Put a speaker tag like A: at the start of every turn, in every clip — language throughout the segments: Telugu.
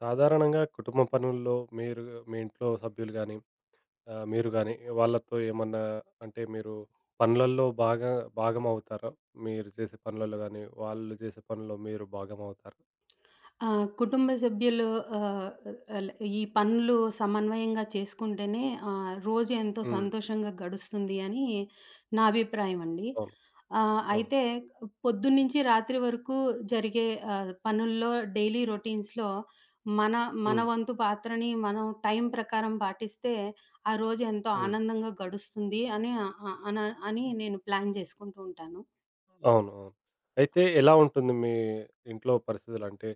A: సాధారణంగా కుటుంబ పనుల్లో మీరు మీ ఇంట్లో సభ్యులు కానీ మీరు కానీ వాళ్ళతో ఏమన్నా అంటే మీరు పనులలో బాగా భాగం అవుతారా? మీరు చేసే పనులలో కానీ వాళ్ళు చేసే పనుల్లో మీరు భాగం అవుతారా?
B: ఆ! కుటుంబ సభ్యులు ఆహ్, ఆహ్, ఈ పనులు సమన్వయంగా చేసుకుంటేనే రోజు ఎంతో
A: హ్మ్.
B: సంతోషంగా గడుస్తుంది అని నా అభిప్రాయం అండి.
A: అవును. అవును.
B: అయితే పొద్దున్నుంచి రాత్రి వరకు జరిగే పనుల్లో, డైలీ రొటీన్స్‌లో మన మన
A: హ్మ్.
B: వంతు పాత్రని మనం టైం ప్రకారం పాటిస్తే ఆ రోజు ఎంతో
A: హ్మ్.
B: ఆనందంగా గడుస్తుంది అని ఆహ్, అన అని నేను ప్లాన్ చేసుకుంటూ ఉంటాను.
A: అవును. అవును. అయితే ఎలా ఉంటుంది మీ ఇంట్లో పరిస్థితులు? అంటే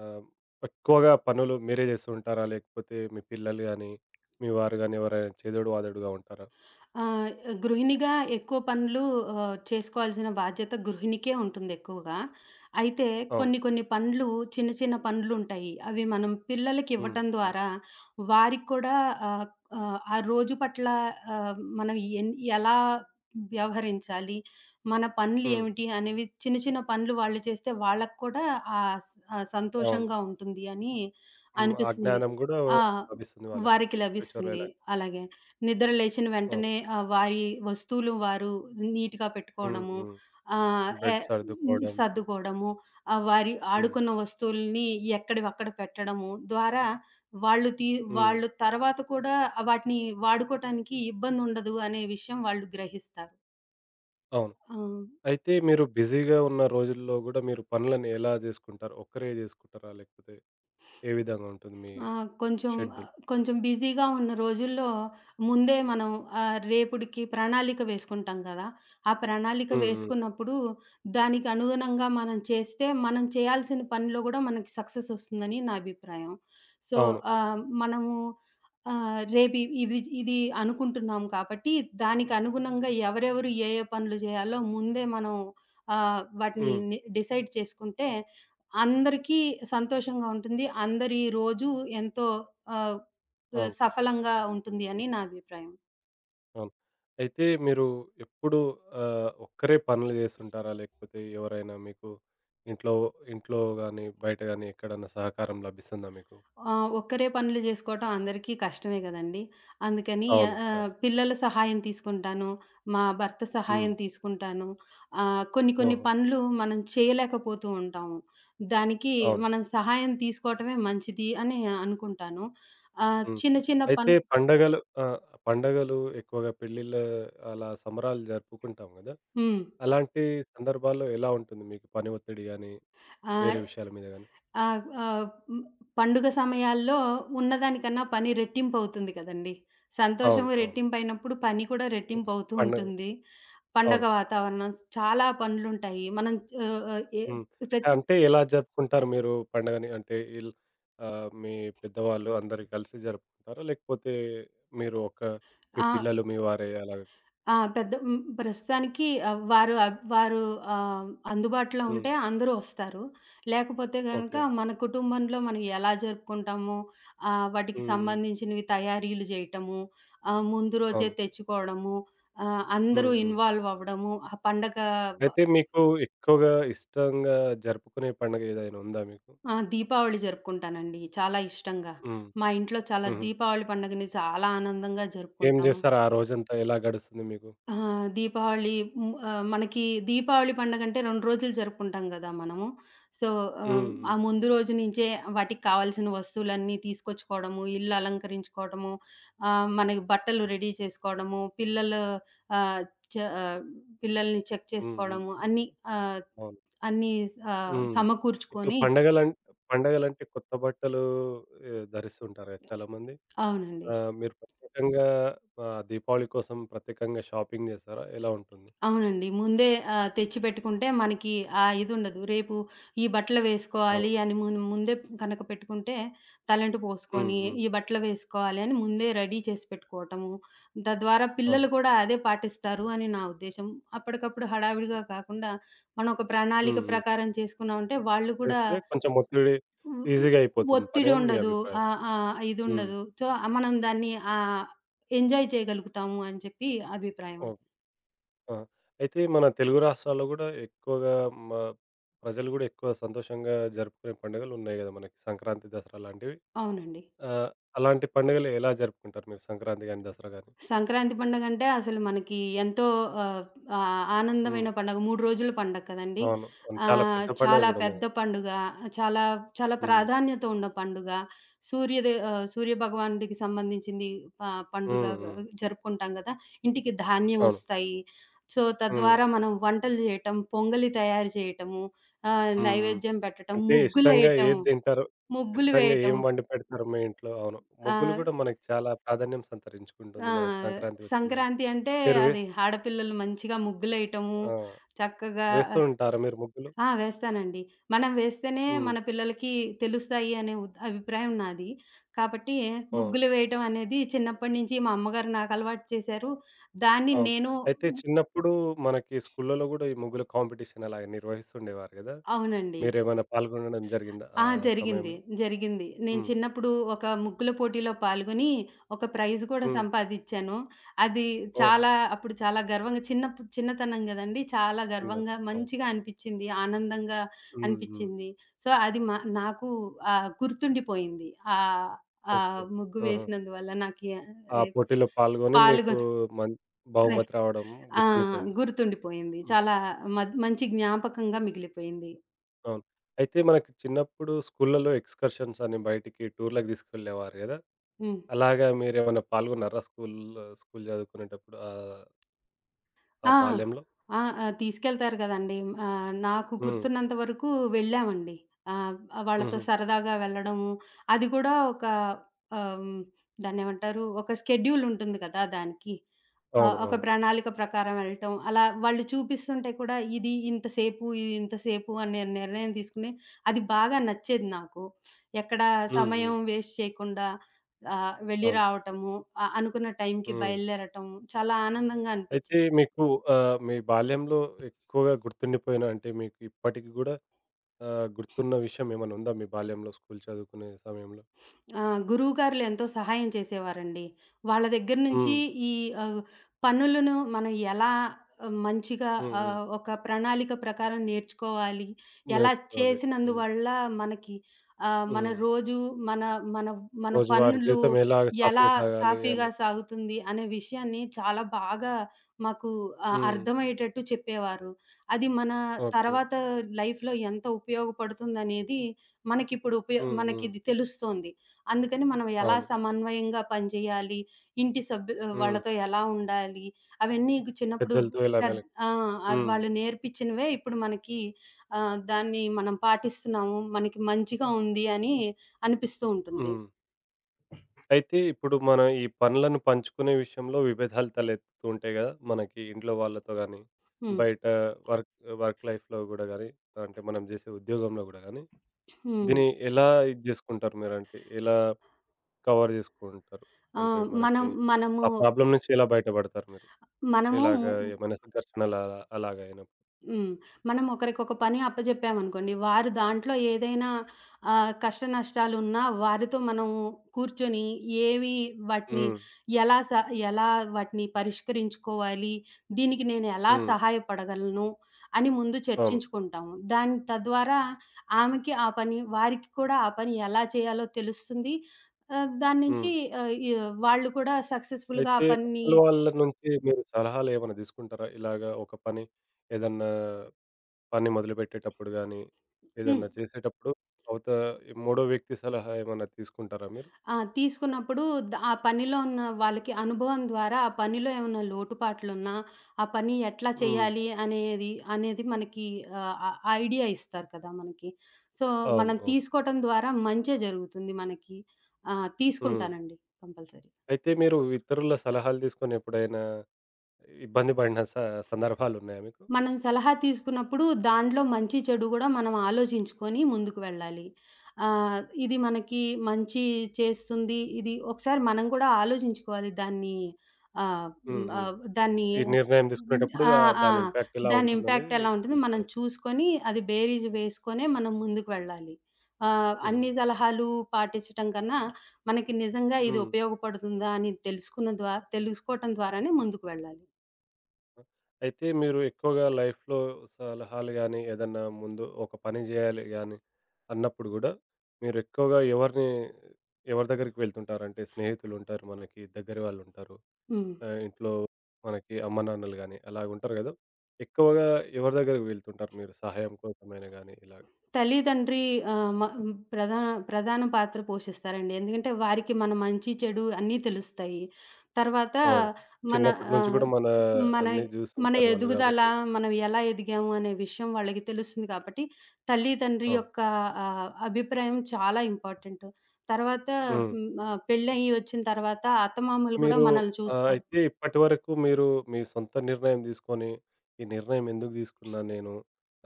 A: ఆహ్, ఎక్కువగా పనులు మీరే చేస్తూ ఉంటారా? లేకపోతే మీ పిల్లలు గానీ, మీ వారు గానీ ఎవరైనా చేదోడు వాదోడుగా ఉంటారా?
B: ఆ! గృహిణిగా ఎక్కువ పనులు చేసుకోవాల్సిన బాధ్యత గృహిణికే ఉంటుందెక్కువగా. అయితే
A: అవును.
B: కొన్ని కొన్ని పనులు, చిన్న చిన్న పనులుంటాయి. అవి మనం
A: హ్మ్.
B: పిల్లలకివ్వటం
A: హ్మ్.
B: ద్వారా వారికి కూడా ఆహ్, ఆహ్, ఆ రోజు పట్ల ఆహ్, మనం ఎన్ ఎలా వ్యవహరించాలి? మన పనులు
A: హ్మ్.
B: ఏమిటి? అనేవి చిన్న చిన్న పనులు వాళ్ళు చేస్తే వాళ్ళకి కూడా ఆహ్, స్
A: అవును.
B: సంతోషంగా ఉంటుంది అని
A: హ్మ్. ఆ
B: అనిపిస్తుంది.
A: జ్ఞానం గూడా
B: ఆ!
A: లభిస్తుంది వాళ్ళకి.
B: వారికి
A: ఫ్యూచర్‌లో
B: లభిస్తుంది.
A: ఎలాగ
B: అలాగే. నిద్ర లేచిన
A: అవును.
B: వెంటనే వారి వస్తువులు వారు నీట్‌గా
A: హ్మ్.
B: పెట్టుకోవడము.
A: హ్మ్.
B: ఆహ్, ఎ
A: బెడ్ సర్దుకోవడం.
B: సర్దుకోవడము. వారి
A: హ్మ్.
B: ఆడుకున్న వస్తువుల్ని ఎక్కడివక్కడ పెట్టడము ద్వారా వాళ్ళు తీ
A: హ్మ్.
B: వాళ్ళు తర్వాత కూడా వాటిని వాడుకోటానికి ఇబ్బందుండదు అనే విషయం వాళ్ళు గ్రహిస్తారు.
A: అవును.
B: ఆ!
A: అయితే మీరు బిజీగా ఉన్న రోజుల్లో గూడా మీరు పనులను ఎలా జేసుకుంటారు? ఒక్కరే జేసుకుంటారా? లేకపోతే ఏ విధంగా ఉంటుంది మీ
B: ఆ! కొంచెం,
A: షెడ్యూల్?
B: కొంచెం బిజీగా ఉన్న రోజుల్లో ముందే మనం రేపుడికి ప్రణాళిక వేసుకుంటాం కదా! ఆ ప్రణాళిక
A: హ్మ్. హ్మ్.
B: వేసుకున్నప్పుడు దానికి అనుగుణంగా మనం చేస్తే మనం చేయాల్సిన పనిలో గూడా మనకి సక్సెస్ వస్తుందని నా అభిప్రాయం. సో,
A: అవును.
B: మనము రేపు ఇ- ఇది ఇది అనుకుంటున్నాం కాబట్టి, దానికి అనుగుణంగా ఎవరెవరు ఏ పనులు చేయాలో ముందే మనం వాటిని
A: హ్మ్.
B: డిసైడ్ చేసుకుంటే అందరికీ సంతోషంగా ఉంటుంది. అందరి రోజు ఎంతో ఆహ్,
A: అవును.
B: సఫలంగా ఉంటుంది అని నా అభిప్రాయం.
A: అవును. అయితే మీరు ఎప్పుడు ఒక్కరే పనులు జేస్తుంటారా? లేకపోతే ఎవరైనా మీకు ఇంట్లో ఇంట్లో గాని, బయట గాని ఎక్కడన్నా సహకారం లభిస్తుందా మీకు?
B: ఆ! ఒక్కరే పనులు జేసుకోవటం అందరికీ కష్టమే గదండీ. అందుకని
A: అవును. చాలా.
B: పిల్లల సహాయం తీసుకుంటాను. మా భర్త
A: హ్మ్.
B: సహాయం తీసుకుంటాను. కొన్ని కొన్ని
A: ఓహో!
B: పనులు మనం చేయలేకపోతూ ఉంటాము. దానికి
A: అవును.
B: మనం సహాయం తీసుకోవటమే మంచిది అని అనుకుంటాను. ఆహ్,
A: హ్మ్.
B: చిన్న చిన్న పన్
A: అయితే పండగలు ఆ! పండగలు ఎక్కువగా పెళ్ళిళ్ళ అలా సంబరాలు జరుపుకుంటాం గదా!
B: హ్మ్.
A: అలాంటి సందర్భాల్లో ఎలా ఉంటుంది మీకు పని ఒత్తిడి గాని,
B: ఆహ్,
A: వేరే విషయాల మీద గాని?
B: ఆ! ఆహ్, హ్మ్. పండుగ సమయాల్లో ఉన్నదానికన్నా పని రెట్టింపవుతుంది కదండీ.
A: అవును.
B: సంతోషము
A: అవును.
B: రెట్టింపయినప్పుడు పని కూడా
A: హ్మ్.
B: రెట్టింపవుతూ
A: పండగ
B: ఉంటుంది. పండగ
A: అవును.
B: వాతావరణం చాలా పనులుంటాయి. మనం ఆహ్, ఆహ్, ఏ
A: హ్మ్.
B: ప్రతి
A: అంటే ఎలా జరుపుకుంటారు మీరు పండగని? అంటే మీ పెద్దవాళ్ళు అందరూ కలిసి జరుపుకుంటారా? లేకపోతే మీరు ఒక మీ
B: ఆ!
A: పిల్లలు, మీ వారే అలాగా?
B: ఆ! పెద్ద ప్రస్తుతానికి ఆహ్, వారు అబ్ వారు అందుబాటులో
A: హ్మ్.
B: ఉంటే అందరూ వస్తారు. లేకపోతే గనక
A: ఓకే.
B: మన కుటుంబంలో మనం ఎలా జరుపుకుంటామో వాటికి
A: హ్మ్. హ్మ్.
B: సంబంధించినవి తయారీలు చేయటము, ముందు రోజే
A: అవును.
B: తెచ్చుకోవడము, అందరూ
A: హ్మ్. హ్మ్.
B: ఇన్వాల్వ్ అవ్వడము, ఆ పండగ, వ
A: అయితే మీకు ఎక్కువగా ఇష్టంగా జరుపుకునే పండగ ఏదైనా ఉందా మీకు?
B: ఆ! దీపావళి జరుపుకుంటానండి చాలా ఇష్టంగా.
A: హ్మ్.
B: మా ఇంట్లో చాలా
A: హుహు.
B: దీపావళి పండుగని చాలా ఆనందంగా
A: ఏం
B: జరుపుకుంటాము.
A: జేస్తారు ఆ రోజంతా? ఎలా గడుస్తుంది మీకు?
B: ఆ! దీపావళి మనకి దీపావళి పండగంటే 2 రోజులు జరుపుకుంటాం గదా! మనము. సో,
A: హ్మ్. హ్మ్.
B: ఆ ముందు రోజు నుంచే వాటికి కావాల్సిన వస్తువులన్నీ తీసుకొచ్చుకోవడము, ఇల్లు అలంకరించుకోవడము, మనకి బట్టలు రెడీ చేసుకోవడము, పిల్లలు ఆహ్, చ ఆహ్, పిల్లల్ని చెక్
A: హ్మ్. హ్మ్.
B: చేసుకోవడము, అన్నీ ఆహ్,
A: అవును.
B: అన్నీ
A: హ్మ్. ఇప్పుడు
B: సమకూర్చుకొని
A: పండగలం పండగలంటే కొత్త బట్టలు ధరిస్తుంటారు గదా! చాలామంది.
B: అవునండి.
A: ఆ! మీరు ప్రత్యేకంగా దీపావళి కోసం ప్రత్యేకంగా షాపింగ్ జేస్తారా? ఎలా ఉంటుంది?
B: అవునండి. ముందే తెచ్చిపెట్టుకుంటే మనకి ఆ ఇదుండదు. రేపు ఈ బట్టలు వేసుకోవాలి
A: అవును.
B: అని ముందే గనక పెట్టుకుంటే తలంటు
A: హ్మ్.
B: పోసుకొని,
A: హ్మ్.
B: ఈ బట్టలు వేసుకోవాలి అని ముందే రెడీ చేసి పెట్టుకోవటము. తద్వారా పిల్లలు
A: అవును.
B: కూడా అదే పాటిస్తారు అని నా ఉద్దేశం. అప్పటికప్పుడు హడావిడిగా కాకుండా మనం ఒక ప్రణాళిక
A: హ్మ్. హ్మ్.
B: ప్రకారం చేసుకున్నామంటే వాళ్ళు కూడా
A: చేస్తే కొంచెం ఒత్తిడి ఈజీగా
B: ఒ
A: అయిపోతుంది పని
B: ఒత్తిడి
A: అని మీ
B: ఉండదు.
A: అభిప్రాయం.
B: ఆహ్, ఆహ్,
A: హ్మ్.
B: ఇదుండదు. సో, మనం దాన్ని ఎంజాయ్ చేయగలుగుతాము అని చెప్పి అభిప్రాయం అండి.
A: ఓకే. ఆ! అయితే మన తెలుగు రాష్ట్రాల్లో గూడా ఎక్కువగా మ ప్రజలు గూడా ఎక్కువ సంతోషంగా జరుపుకునే పండుగలున్నాయి గదా! మనకి సంక్రాంతి, దసరా లాంటివి.
B: అవునండి.
A: ఆహ్, అలాంటి పండుగలు ఎలా జరుపుకుంటారు మీరు సంక్రాంతి గాని, దసరా గాని?
B: సంక్రాంతి పండగంటే అసలు మనకి ఎంతో ఆహ్, ఆహ్, ఆనందమైన
A: హ్మ్.
B: పండగ. 3 రోజుల పండగ కదండీ!
A: అవును. అవును. చాలా పెద్ద పండుగ
B: చాలా
A: గూడా
B: పెద్ద
A: మనకి.
B: పండుగ. చాలా, చాలా
A: హ్మ్.
B: ప్రాధాన్యత ఉన్న పండుగ. సూర్యోదయ సూర్యభగవానుడికి సంబంధించింది ప పండుగ
A: హ్మ్. హ్మ్.
B: జరుపుకుంటాం గదా! ఇంటికి
A: అవును.
B: ధాన్యమొస్తాయి. సో,
A: హ్మ్.
B: తద్వారా మనం వంటలు జేయటం, పొంగలి తయారు చేయటము,
A: హ్మ్. హ్మ్.
B: నైవేద్యం పెట్టటం,
A: అంటే ఇష్టంగా
B: ముగ్గులేయటం,
A: ఏది తింటారు?
B: ముగ్గులు
A: ఇష్టంగా
B: వేయటం.
A: ఏం వండి పెడతారు మీ ఇంట్లో? అవును.
B: ఆ!
A: ముగ్గులు గూడా మనకి చాలా ప్రాధాన్యం సంతరించుకుంటుంది
B: ఆ!
A: మనకి సంక్రాంతి వచ్చిందంటే.
B: సంక్రాంతి అంటే
A: మీరు వే
B: అది ఆడపిల్లలు మంచిగా ముగ్గులేయటము,
A: ఆ!
B: చక్కగా.
A: వేస్తూ ఉంటారా మీరు ముగ్గులు?
B: ఆ! వేస్తానండి. మనం వేస్తేనే
A: హ్మ్.
B: మన పిల్లలకి తెలుస్తాయి అనే అభిప్రాయం నాది. కాబట్టి
A: ఆ!
B: ముగ్గులు వేయటం అనేది చిన్నప్పటి నుంచి మా అమ్మగారు నాకు అలవాటు చేశారు. దాన్ని
A: అవును.
B: నేను
A: అయితే చిన్నప్పుడు మనకి స్కూళ్ళలో గూడా ఈ ముగ్గుల కాంపిటీషన్ అలాగ నిర్వహిస్తుండేవారు గదా!
B: అవునండి.
A: మీరేమైనా పాల్గొనడం జరిగిందా
B: ఆ!
A: ఆ
B: జరిగింది.
A: సమయంలో?
B: జరిగింది. నేను
A: హ్మ్.
B: చిన్నప్పుడు ఒక ముగ్గుల పోటీలో పాల్గొని, ఒక ప్రైజ్ కూడా
A: హ్మ్.
B: సంపాదిచ్చాను. అది
A: ఆహా!
B: చాలా, అప్పుడు చాలా గర్వంగా, చిన్నప్పుడు చిన్నతనం గదండీ! చాలా గర్వంగా
A: చిన్నది. అవును.
B: మంచిగా అనిపిచ్చింది. ఆనందంగా
A: హ్మ్. హ్మ్.
B: అనిపిచ్చింది. సో, అది నాకు గుర్తుండిపోయింది. ఆహ్, ఆ
A: ఓకే.
B: ముగ్గు
A: ఆహా!
B: వేసినందువల్ల నాకి
A: ఆ
B: ఎ
A: పోటీలో పాల్గొని మీకు
B: పాల్గొని
A: మన్
B: ప్రే
A: బహుమతి రావడం
B: ఆ!
A: గుర్తుండిపోయింది.
B: గుర్తుండిపోయింది.
A: హ్మ్.
B: చాలా మంచి జ్ఞాపకంగా మిగిలిపోయింది.
A: అవును. అయితే మనకి చిన్నప్పుడు స్కూళ్ళలో ఎక్స్‌కర్షన్స్ అని బయటికి టూర్‌లకి తీసుకెళ్ళేవారు గదా!
B: హ్మ్.
A: అలాగా మీరేమన్నా పాల్గొన్నారా స్కూల్లో స్కూల్ చదువుకునేటప్పుడు ఆ
B: ఆ!
A: బాల్యంలో?
B: ఆ! ఆ! తీసుకెళ్తారు గదండీ. నాకు
A: హ్మ్.
B: గుర్తున్నంత వరకు వెళ్ళామండి. ఆహ్, వాళ్ళతో
A: హుహు.
B: సరదాగా వెళ్ళడము, అది కూడా ఒక ఆహ్, హ్మ్, దాన్నేమంటారు? ఒక స్కెడ్యూల్ ఉంటుంది కదా! దానికి.
A: అవును.
B: ఒక
A: అవును.
B: ప్రణాళిక ప్రకారం వెళ్ళటం, అలా వాళ్ళు చూపిస్తుంటే కూడా ఇది ఇంతసేపు, ఇది ఇంతసేపు అనే నిర్ణయం తీసుకుని, అది బాగా నచ్చేది నాకు. ఎక్కడ
A: హ్మ్. హ్మ్.
B: సమయం వేస్ట్ చేయకుండా వెళ్ళి
A: అవును.
B: రావటము, అనుకున్న టైంకి
A: హ్మ్.
B: బయలుదేరటం చాలా ఆనందంగా
A: అయితే
B: అనిపించింది.
A: మీకు మీ బాల్యంలో ఎక్కువగా గుర్తుండిపోయిన అంటే మీకు ఇప్పటికి గూడా గుర్తున్న విషయం ఏమైనా ఉందా మీ బాల్యంలో స్కూల్ చదువుకునే సమయంలో?
B: ఆ! గురువుగారులు ఎంతో సహాయం చేసేవారండి. వాళ్ళ దగ్గర నుంచి
A: హ్మ్.
B: ఈ ఆహ్, పనులను మనం ఎలా, మంచిగా,
A: హ్మ్. హ్మ్.
B: ఒక ప్రణాళిక ప్రకారం నేర్చుకోవాలి. ఎలా
A: నేర్చుకోవాలి. హ్మ్.
B: చేసినందువల్ల మనకి ఆహ్, మన
A: హ్మ్.
B: రోజు మన మన మన
A: రోజువారీ
B: పనులు
A: జీవితం ఎలాగ
B: ఎలా
A: సాఫీసాగాలి
B: సాఫీగా
A: అని.
B: సాగుతుంది అనే విషయాన్ని చాలా బాగా మాకు
A: హ్మ్.
B: అర్థమయ్యేటట్టు చెప్పేవారు. అది మన
A: ఓకే.
B: తర్వాత లైఫ్‌లో ఎంత ఉపయోగపడుతుందనేది మనకిప్పుడు
A: హ్మ్. హ్మ్.
B: మనకిది తెలుస్తోంది. అందుకని మనం ఎలా
A: అవును.
B: సమన్వయంగా పనిచేయాలి, ఇంటి సభ్యు
A: హ్మ్.
B: వాళ్ళతో ఎలా ఉండాలి, అవన్నీ చిన్నప్పుడు
A: పెద్దలతో ఎలా
B: పెద్
A: మెలగ్
B: ఆ! ఆ
A: హ్మ్.
B: వాళ్ళు నేర్పించినవే ఇప్పుడు మనకి దాన్ని మనం పాటిస్తున్నాము. మనకి మంచిగా ఉంది అని అనిపిస్తూ ఉంటుంది.
A: హ్మ్. అయితే ఇప్పుడు మనం ఈ పనులను పంచుకునే విషయంలో విభేదాలు తలెత్తుతూ ఉంటాయి కదా! మనకి ఇంట్లో వాళ్ళతో గానీ,
B: హ్మ్.
A: బయట వర్క్ వర్క్ లైఫ్‌లో గూడా గానీ, అంటే మనం జేసే ఉద్యోగంలో గూడా గానీ,
B: హ్మ్.
A: దీన్ని ఎలా ఇది జేసుకుంటారు మీరంటే, ఎలా కవర్ జేసుకుంటారు?
B: ఆ!
A: అంటే
B: మనం
A: మనకి
B: మనము
A: ఆ ప్రాబ్లమ్ నుంచి ఎలా బయటపడతారు మీరు? ఇలాగ
B: మనము
A: ఏమైనా సంఘర్షణలు అలా అలాగ అయినప్పుడు?
B: హ్మ్. మనం ఒకరికొక పని అప్పజెప్పామనుకోండి, వారు దాంట్లో ఏదైనా కష్ట నష్టాలున్నా వారితో మనం కూర్చొని ఏవి వాటిని
A: హ్మ్.
B: ఎలా స ఎలా వాటిని పరిష్కరించుకోవాలి, దీనికి నేను ఎలా
A: హ్మ్.
B: సహాయపడగలను అని ముందు
A: అవును.
B: చర్చించుకుంటాము. దాని తద్వారా ఆమెకి ఆ పని, వారికి కూడా ఆ పని ఎలా చేయాలో తెలుస్తుంది. దాన్నుంచి
A: హ్మ్.
B: ఆహ్, ఈ వాళ్ళు కూడా సక్సెస్‌ఫుల్‌గా ఆ
A: అయితే
B: పనిని
A: అవతల వాళ్ళ నుంచి మీరు సలహాలేమైనా తీసుకుంటారా? ఇలాగ ఒక పని ఏదన్నా పని మొదలుపెట్టేటప్పుడు గానీ,
B: హ్మ్.
A: ఏదన్నా చేసేటప్పుడు అవత మూడో వ్యక్తి సలహా ఏమన్నా తీసుకుంటారా మీరు?
B: ఆ! తీసుకున్నప్పుడు ఆ పనిలో ఉన్న వాళ్ళకి అనుభవం ద్వారా ఆ పనిలో ఏమన్నా లోటుపాట్లున్నా, ఆ పని ఎట్లా
A: హ్మ్.
B: చేయాలి అనేది మనకి ఆహ్, ఆహ్, ఐడియా ఇస్తారు కదా మనకి. సో,
A: అవును.
B: మనం
A: అవును.
B: తీసుకోవటం ద్వారా మంచే జరుగుతుంది మనకి. ఆ!
A: హ్మ్.
B: తీసుకుంటానండి కంపల్సరీ.
A: అయితే మీరు ఇతరుల సలహాలు తీసుకొని ఎప్పుడైనా ఇబ్బంది పడిన స సందర్భాలున్నాయా మీకు?
B: మనం సలహా తీసుకున్నప్పుడు దాంట్లో మంచి, చెడు గూడా మనం ఆలోచించుకొని ముందుకు వెళ్ళాలి. ఇది మనకి మంచి చేస్తుంది. ఇది ఒకసారి మనం కూడా ఆలోచించుకోవాలి దాన్ని ఆహ్, హ్మ్.
A: హ్మ్. హ్మ్.
B: ఆహ్, దాన్ని
A: ఈ నిర్ణయం
B: హ్మ్.
A: తీసుకునేటప్పుడు
B: ఆ! ఆ!
A: దాని ఇంపాక్ట్ ఎలా
B: దాని ఇంపాక్ట్
A: ఉంటుందనేది
B: ఎలా ఉంటుంది మనం
A: తెలుసుకోవాలి.
B: చూసుకొని అది బేరీజు వేసుకొనే మనం ముందుకు వెళ్ళాలి.
A: హుహు.
B: అన్ని సలహాలు పాటించటం కన్నా మనకి నిజంగా ఇది
A: హ్మ్.
B: ఉపయోగపడుతుందా అని తెలుసుకున్న ద్వా తెలుసుకోవటం ద్వారానే ముందుకు వెళ్ళాలి.
A: అయితే మీరు ఎక్కువగా లైఫ్‌లో సలహాలు గాని, ఏదన్నా ముందు ఒక పని జేయాలి గాని అన్నప్పుడు గూడా మీరు ఎక్కువగా ఎవరిని ఎవరి దగ్గరికి వెళ్తుంటారు? అంటే స్నేహితులుంటారు మనకి, దగ్గర వాళ్ళుంటారు.
B: హ్మ్.
A: ఇంట్లో మనకి అమ్మానాన్నలు గాని అలాగుంటారు గదా! ఎక్కువగా ఎవరి దగ్గరికి వెళ్తుంటారు మీరు సహాయం కోసమైనా గాని ఇలాగ?
B: తల్లిదండ్రి ఆహ్, మ ప్రధాన ప్రధాన పాత్ర పోషిస్తారండి. ఎందుకంటే, వారికి మన మంచి, చెడు అన్నీ తెలుస్తాయి. తర్వాత
A: అవును.
B: మన
A: చిన్నప్పటి నుంచి
B: ఆహ్,
A: గూడా మన
B: మన
A: అన్నీ
B: మన
A: జూసుంటారు వాళ్ళు
B: ఎదుగుదల,
A: గాబట్టి
B: మనం ఎలా ఎదిగాము అనే విషయం వాళ్ళకి తెలుస్తుంది కాబట్టి, తల్లిదండ్రి
A: అవును.
B: యొక్క అభిప్రాయం చాలా ఇంపార్టెంట్. తర్వాత
A: హ్మ్.
B: పెళ్ళయ్యి వచ్చిన తర్వాత అత్తమామలు కూడా
A: మీరు
B: మనల్ని చూస్తారు.
A: అయితే ఇప్పటివరకు మీరు మీ సొంత నిర్ణయం తీసుకొని, ఈ నిర్ణయం ఎందుకు తీసుకున్నా నేను?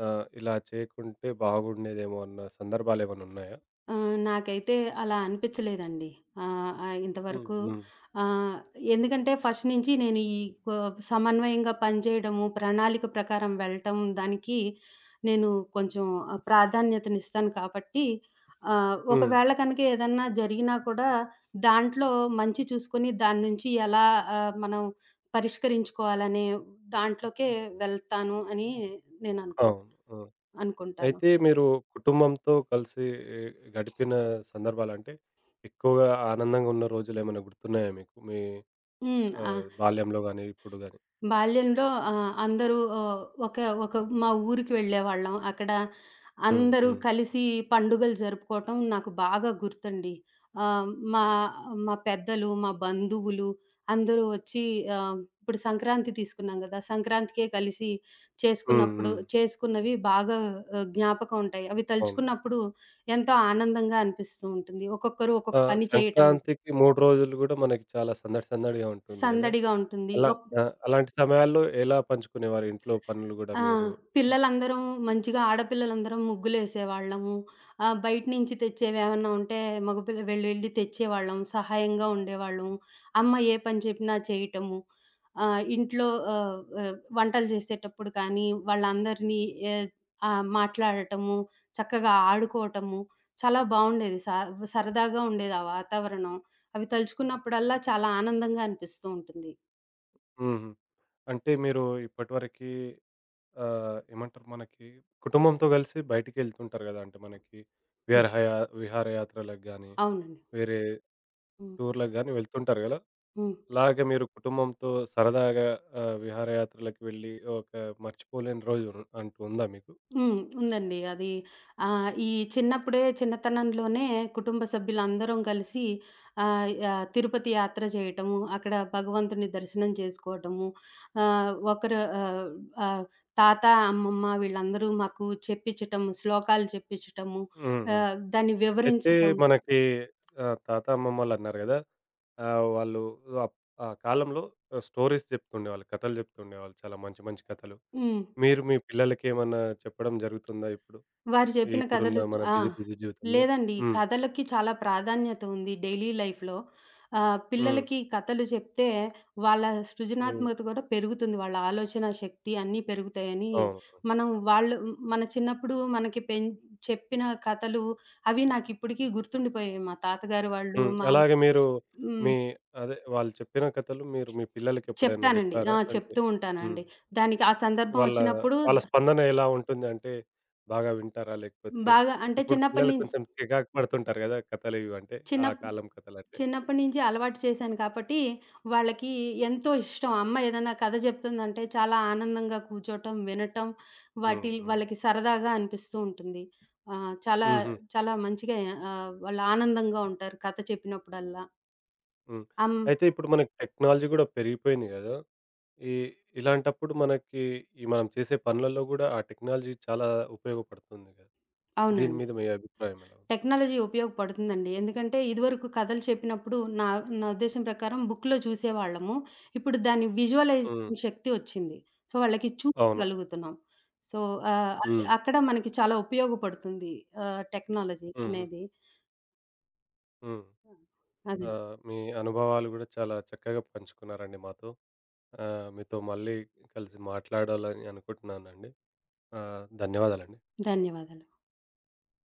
A: ఇలా చేయకుంటే బాగుండేదేమో అన్న సందర్భాలేమైనా ఉన్నాయా?
B: నాకైతే అలా అనిపించలేదండి. ఆహ్, ఆహ్,
A: హ్మ్.
B: ఇంతవరకు
A: హ్మ్.
B: ఆహ్, ఎందుకంటే ఫస్ట్ నుంచి నేను ఈ కొ సమన్వయంగా పనిచేయడము, ప్రణాళిక ప్రకారం వెళ్ళటం, దానికి నేను కొంచెం ప్రాధాన్యతనిస్తాను కాబట్టి
A: హ్మ్.
B: ఒకవేళ కనుక ఏదన్నా జరిగినా కూడా దాంట్లో మంచి చూసుకొని దాని నుంచి ఎలా మనం పరిష్కరించుకోవాలనే దాంట్లోకే వెళ్తాను అని నేను
A: అవును. ఆ!
B: అనుకుంటాను.
A: అయితే మీరు కుటుంబంతో కలిసి ఏ, గడిపిన సందర్భాలంటే, ఎక్కువగా ఆనందంగా ఉన్న రోజులేమైనా గుర్తున్నాయా మీకు? మీ
B: హ్మ్. ఆ!
A: బాల్యంలో గాని, ఇప్పుడు గాని?
B: బాల్యంలో అందరూ ఆహ్, ఒక ఒక మా ఊరికి వెళ్ళేవాళ్ళం. అక్కడ
A: హ్మ్.
B: అందరూ
A: హ్మ్.
B: కలిసి పండుగలు జరుపుకోవటం నాకు బాగా గుర్తండి. ఆహ్, మా మా పెద్దలు, మా బంధువులు అందరూ వచ్చి, ఇప్పుడు సంక్రాంతి తీసుకున్నాం గదా! సంక్రాంతికే కలిసి
A: హ్మ్.
B: చేసుకున్నప్పుడు
A: హ్మ్.
B: చేసుకున్నవి బాగా జ్ఞాపకం ఉంటాయి. అవి
A: అవును.
B: తలుచుకున్నప్పుడు ఎంతో ఆనందంగా అనిపిస్తూ ఉంటుంది. ఒక్కొక్కరు ఒక్కొక్క
A: ఆ!
B: పని చేయటము
A: సంక్రాంతికి 3 రోజులు గూడా మనకి చాలా సందడి సందడిగా ఉంటుంది గదా!
B: సందడిగా ఉంటుంది.
A: అలా ఆ! అలాంటి సమయాల్లో ఎలా పంచుకునేవారు ఇంట్లో పనులు గూడా
B: ఆ!
A: మీరు?
B: పిల్లలందరం మంచిగా, ఆడపిల్లలందరం ముగ్గులేసేవాళ్ళము. బయట నుంచి తెచ్చేవేమన్నా ఉంటే మగపిల్ల వెళ్లి వెళ్లి తెచ్చేవాళ్ళం. సహాయంగా ఉండేవాళ్ళం. అమ్మ ఏ పని చెప్పినా చేయటము. ఆహ్, ఇంట్లో ఆహ్, ఆహ్, వంటలు చేసేటప్పుడు కానీ, వాళ్ళందరినీ ఏజ్ మాట్లాడటము, చక్కగా ఆడుకోవటము చాలా బావుండేది. సరదాగా ఉండేది ఆ వాతావరణం. అవి తలుచుకున్నప్పుడల్లా చాలా ఆనందంగా అనిపిస్తూ ఉంటుంది.
A: హుహు. అంటే మీరు ఇప్పటివరకి ఏమంటారు మనకి కుటుంబంతో కలిసి బయటికెళ్తుంటారు గదా! అంటే మనకి
B: హ్మ్.
A: విహారహయా విహారయాత్రలకు గానీ,
B: అవునండి.
A: వేరే
B: హ్మ్.
A: టూర్‌లకు గానీ వెళ్తుంటారు గదా!
B: హ్మ్.
A: అలాగే మీరు కుటుంబంతో సరదాగా విహారయాత్రలకు వెళ్ళి ఒక మర్చిపోలేని రోజు ఉన్- అంటూ ఉందా మీకు?
B: హ్మ్. ఉందండి. అది ఆహ్, ఈ చిన్నతనంలోనే కుటుంబ సభ్యులందరం కలిసి ఆహ్, ఆహ్, తిరుపతి యాత్ర చేయటము, అక్కడ భగవంతుని దర్శనం చేసుకోవటము, ఆహ్, ఒకరు ఆహ్, ఆహ్, తాత, అమ్మమ్మ వీళ్ళందరూ మాకు చెప్పించటం, శ్లోకాలు చెప్పించటము,
A: హ్మ్. హ్మ్.
B: దాన్ని
A: అయితే
B: వివరించటం.
A: మనకి తాత, అమ్మమ్మలన్నారు గదా! వాళ్ళు అప్ ఆ కాలంలో స్టోరీస్ చెప్తుండేవాళ్ళు. కథలు చెప్తుండేవాళ్ళు. చాలా మంచి మంచి కథలు.
B: హ్మ్.
A: మీరు మీ పిల్లలకేమన్నా చెప్పడం జరుగుతుందా ఇప్పుడు?
B: వారు జెప్పిన కథలు
A: ఇప్పుడున్న
B: చ్
A: మన
B: ఆ!
A: బిజీ బిజీ జీవితంలో?
B: లేదండి.
A: హ్మ్.
B: కథలకి చాలా ప్రాధాన్యత ఉంది డైలీ లైఫ్‌లో.
A: హ్మ్.
B: పిల్లలకి కథలు చెప్తే వాళ్ళ
A: హ్మ్.
B: సృజనాత్మకత కూడా పెరుగుతుంది. వాళ్ళ ఆలోచన శక్తి అన్నీ పెరుగుతాయని
A: అవును.
B: మనం మన చిన్నప్పుడు మనకి చెప్పిన కథలు అవి నాకిప్పటికి గుర్తుండిపోయాయి. మా తాతగారు వాళ్ళు
A: హ్మ్.
B: మా
A: అలాగే మీరు
B: హ్మ్.
A: మీ అదే వాళ్ళు చెప్పిన కథలు మీరు మీ పిల్లలకెప్పుడైనా
B: చెప్తానండి. ఆ!
A: జెప్పారా? అంటే
B: చెప్తూ
A: హ్మ్.
B: ఉంటానండి. దానికి ఆ సందర్భం
A: వాళ్ళ,
B: వచ్చినప్పుడు
A: వాళ్ళ స్పందన ఎలా ఉంటుంది? అంటే బాగా వింటారా? లేకపోతే
B: బాగా అంటే
A: ఇప్పుడు
B: చిన్నప్పటి
A: పిల్లలు
B: నుంచి
A: కొంచెం చికాకు పడుతుంటారు గదా! కథలు ఇవంటే, ఆ
B: చిన్నప్
A: కాలం కథలంటే.
B: చిన్నప్పటి నుంచి అలవాటు చేశాను కాబట్టి, వాళ్ళకి ఎంతో ఇష్టం. అమ్మ ఏదైనా కథ చెప్తుందంటే చాలా ఆనందంగా కూర్చోటం, వినటం,
A: హ్మ్.
B: వాటి
A: హ్మ్.
B: వాళ్ళకి సరదాగా అనిపిస్తూ ఉంటుంది. ఆహ్, చాలా
A: హుహు.
B: చాలా మంచిగా వాళ్ళు ఆనందంగా ఉంటారు కథ చెప్పినప్పుడల్లా.
A: హ్మ్.
B: అం
A: అయితే ఇప్పుడు మనకి టెక్నాలజీ గూడా పెరిగిపోయింది గదా! ఈ ఇలాంటప్పుడు మనకి ఈ మనం చేసే పనులలో గూడా ఆ టెక్నాలజీ చాలా ఉపయోగపడుతుంది గదా! దీని
B: అవునండి.
A: మీద మీ అభిప్రాయం ఎలా ఉంది?
B: టెక్నాలజీ ఉపయోగపడుతుందండి. ఎందుకంటే ఇదివరకు కథలు చెప్పినప్పుడు నా నా ఉద్దేశ్యం ప్రకారం బుక్‌లో చూసేవాళ్ళము. ఇప్పుడు దాని
A: హ్మ్.
B: విజువలైజేషన్ శక్తి వచ్చింది. సో, వాళ్ళకి
A: అవును.
B: చూపించగలుగుతున్నాం. సో, అది
A: హ్మ్.
B: అక్కడ మనకి చాలా ఉపయోగపడుతుంది టెక్నాలజీ
A: హుహు.
B: అనేది.
A: హ్మ్. ఆ!
B: అదండి.
A: మీ అనుభవాలు గూడా చాలా చక్కగా పంచుకున్నారండి మాతో. ఆ! మీతో మళ్ళీ కలిసి మాట్లాడాలని అనుకుంటున్నానండి. ఆ! ధన్యవాదాలండి.
B: ధన్యవాదాలు.